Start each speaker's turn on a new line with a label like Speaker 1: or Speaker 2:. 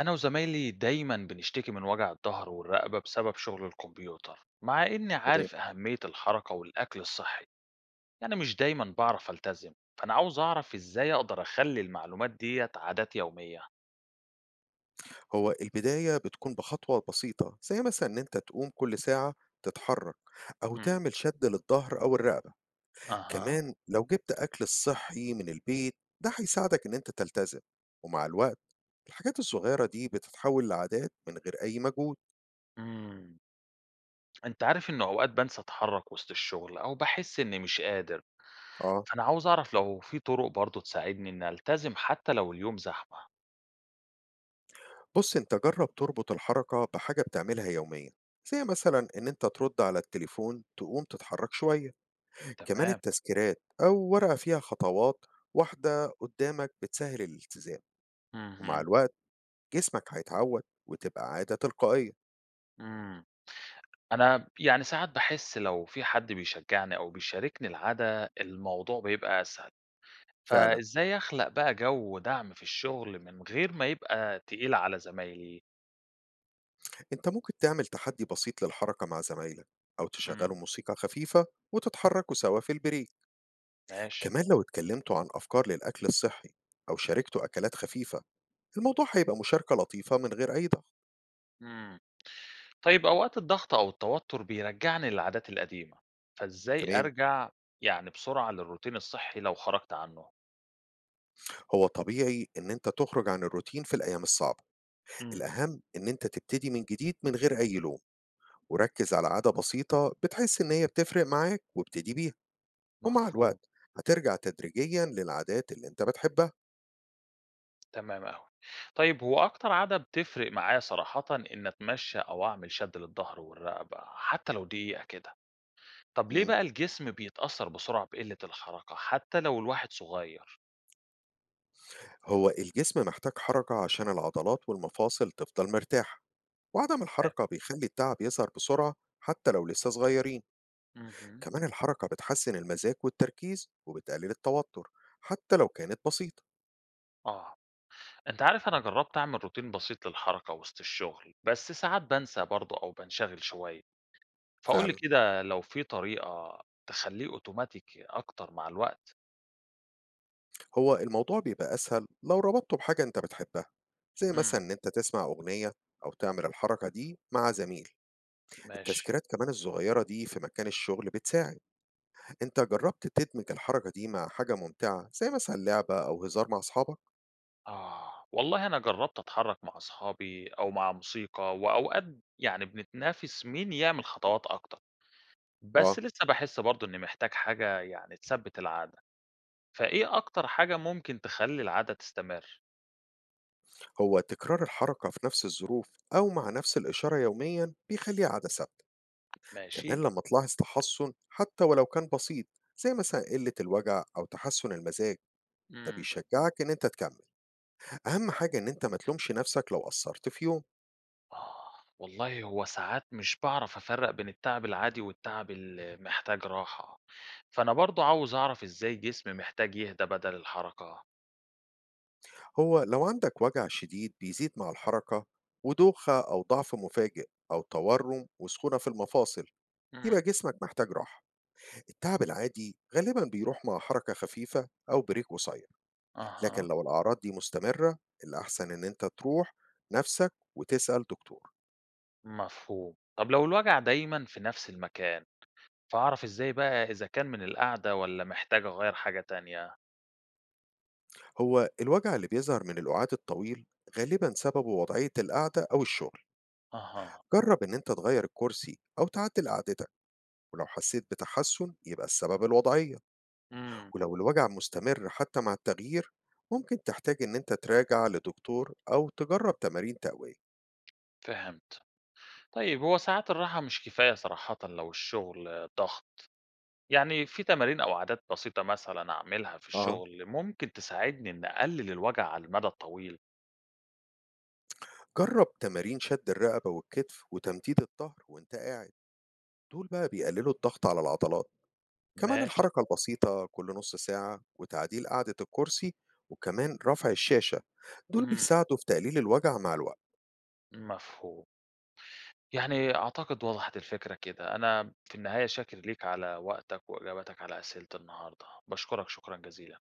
Speaker 1: أنا وزمايلي دايما بنشتكي من وجع الظهر والرقبة بسبب شغل الكمبيوتر مع إني
Speaker 2: تمام.
Speaker 1: عارف أهمية الحركة والأكل الصحي. يعني مش دايما بعرف ألتزم، فأنا عاوز أعرف إزاي أقدر أخلي المعلومات ديت عادات يومية.
Speaker 2: هو البداية بتكون بخطوة بسيطة زي مثلا إن أنت تقوم كل ساعة تتحرك، أو
Speaker 1: امم
Speaker 2: تعمل شد للظهر أو الرقبة.
Speaker 1: أها
Speaker 2: كمان لو جبت أكل صحي من البيت ده هيساعدك إن أنت تلتزم، ومع الوقت الحاجات الصغيرة دي بتتحول لعادات من غير أي مجهود.
Speaker 1: امم أنت عارف إن أوقات بنسى أتحرك وسط الشغل أو بحس إني مش قادر،
Speaker 2: آه،
Speaker 1: فأنا عاوز أعرف لو في طرق برضو تساعدني إن ألتزم حتى لو اليوم زحمة.
Speaker 2: بص أنت جرب تربط الحركة بحاجة بتعملها يوميا، زي مثلا إن أنت ترد على التليفون تقوم تتحرك شوية. كمان
Speaker 1: تمام.
Speaker 2: التذكيرات أو ورقة فيها خطوات واحدة قدامك بتسهل الالتزام، ومع الوقت جسمك هيتعود وتبقى عادة تلقائية.
Speaker 1: امم أنا يعني ساعات باحس لو في حد بيشجّعني أو بيشاركني العادة، الموضوع بيبقى أسهل،
Speaker 2: فعلا،
Speaker 1: فإزاي أخلق بقى جو دعم في الشغل من غير ما يبقى تقيل على زمايلي؟
Speaker 2: انت ممكن تعمل تحدي بسيط للحركة مع زمايلك، أو تشغلوا
Speaker 1: إمم.
Speaker 2: موسيقى خفيفة وتتحركوا سوا في البريك.
Speaker 1: ماشي.
Speaker 2: كمان لو اتكلمتوا عن أفكار للأكل الصحي أو شاركتوا أكلات خفيفة الموضوع هيبقى مشاركة لطيفة من غير أي ضغط.
Speaker 1: إمم. طيب أوقات الضغط أو التوتر بيرجّعني للعادات القديمة، فإزاي
Speaker 2: تمام.
Speaker 1: أرجع يعني بسرعة للروتين الصحي لو خرجت عنه؟
Speaker 2: هو طبيعي ان انت تخرج عن الروتين في الايام الصعبه،
Speaker 1: إمم.
Speaker 2: الاهم ان انت تبتدي من جديد من غير اي لوم، وركز على عاده بسيطه بتحس ان هي بتفرق معاك وابتدي بيها. ومع
Speaker 1: مفهوم.
Speaker 2: الوقت هترجع تدريجيا للعادات اللي انت بتحبها.
Speaker 1: تمام أوي. طيب هو أكتر عادة بتفرق معايا صراحةً إن أتمشى أو أعمل شد للضهر والرقبة حتى لو دقيقة كده. طب ليه
Speaker 2: مم.
Speaker 1: بقى الجسم بيتأثر بسرعة بقلة الحركة حتى لو الواحد صغير؟
Speaker 2: هو الجسم محتاج حركة عشان العضلات والمفاصل تفضل مرتاحة، وعدم
Speaker 1: فاهم.
Speaker 2: الحركة بيخلي التعب يظهر بسرعة حتى لو لسه صغيرين.
Speaker 1: اهم.
Speaker 2: كمان الحركة بتحسن المزاج والتركيز وبتقلل التوتر حتى لو كانت بسيطة.
Speaker 1: آه. أنت عارف أنا جرّبت أعمل روتين بسيط للحركة وسط الشغل، بس ساعات بانسى برضه أو بانشغل شوية. فقُل لي
Speaker 2: فعلا،
Speaker 1: كده لو في طريقة تخلّيه أوتوماتيك أكتر مع الوقت؟
Speaker 2: هو الموضوع بيبقى أسهل لو ربطته بحاجة انت بتحبها، زي مثلا
Speaker 1: إمم.
Speaker 2: ان انت تسمع أغنية أو تعمل الحركة دي مع زميل.
Speaker 1: ماشي.
Speaker 2: التذكيرات كمان الصغيرة دي في مكان الشغل بتساعد. أنت جرّبت تدمج الحركة دي مع حاجة ممتعة، زي مثلًا لعبة أو هزار مع أصحابك؟
Speaker 1: آه، والله أنا جرّبت أتحرّك مع أصحابي أو مع موسيقى، وأوقات يعني بنتنافس مين يعمل خطوات أكتر، بس
Speaker 2: آه،
Speaker 1: لسه باحس برضه إني محتاج حاجة يعني تثبّت العادة، فإيه أكتر حاجة ممكن تخلّي العادة تستمر؟
Speaker 2: هو تكرار الحركة في نفس الظروف أو مع نفس الإشارة يوميًا بيخليها عادة ثابتة، كمان
Speaker 1: ماشي.
Speaker 2: لمّا تلاحظ تحسُّن حتى ولو كان بسيط، زي مثلًا قلة الوجع أو تحسُّن المزاج، ده
Speaker 1: إمم.
Speaker 2: بيشجعك إن أنت تكمّل. أهم حاجة إن أنت ما تلومش نفسك لو قصّرت في يوم.
Speaker 1: آه. والله هو ساعات مش باعرف أفرّق بين التعب العادي والتعب اللي محتاج راحة، فأنا برضه عاوز أعرف إزاي جسمي محتاج يهدى بدل الحركة.
Speaker 2: هو لو عندك وجع شديد بيزيد مع الحركة، ودوخة أو ضعف مفاجئ أو تورم وسخونة في المفاصل، يبقى
Speaker 1: إمم.
Speaker 2: جسمك محتاج راحة. التعب العادي غالبا بيروح مع حركة خفيفة أو بريك قصير، لكن
Speaker 1: أها.
Speaker 2: لو الأعراض دي مستمرة الأحسن إن أنت تروح نفسك وتسأل دكتور.
Speaker 1: مفهوم. طب لو الوجع دايمًا في نفس المكان فأعرف إزاي بقى إذا كان من القعدة والّا محتاج أغيّر حاجة تانية؟
Speaker 2: هو الوجع اللي بيظهر من الأعاد الطويل غالبا سببه وضعية القعدة أو الشغل.
Speaker 1: أها.
Speaker 2: جرب إن أنت تغير الكرسي أو تعدل قعدتك، ولو حسيت بتحسن يبقى السبب الوضعية.
Speaker 1: إمم.
Speaker 2: ولو الوجع مستمر حتى مع التغيير ممكن تحتاج إن أنت تراجع لدكتور أو تجرب تمارين تقوية.
Speaker 1: فهمت. طيب هو ساعات الراحة مش كفاية صراحةً لو الشغل ضغط، يعني في تمارين أو عادات بسيطة مثلًا أعملها في
Speaker 2: آه،
Speaker 1: الشغل ممكن تساعدني إني أقلل الوجع على المدى الطويل؟
Speaker 2: جرب تمارين شد الرقبة والكتف وتمديد الظهر وانت قاعد، دول بقى بيقللوا الضغط على العضلات. كمان
Speaker 1: ماشي.
Speaker 2: الحركة البسيطة كل نص ساعة وتعديل قعدة الكرسي وكمان رفع الشاشة، دول
Speaker 1: إمم.
Speaker 2: بيساعدوا في تقليل الوجع مع الوقت.
Speaker 1: مفهوم. يعني أعتقد وضحت الفكرة كده. أنا في النهاية شاكر ليك على وقتك وإجابتك على أسئلة النهارده، باشكرك شكرًا جزيلًا.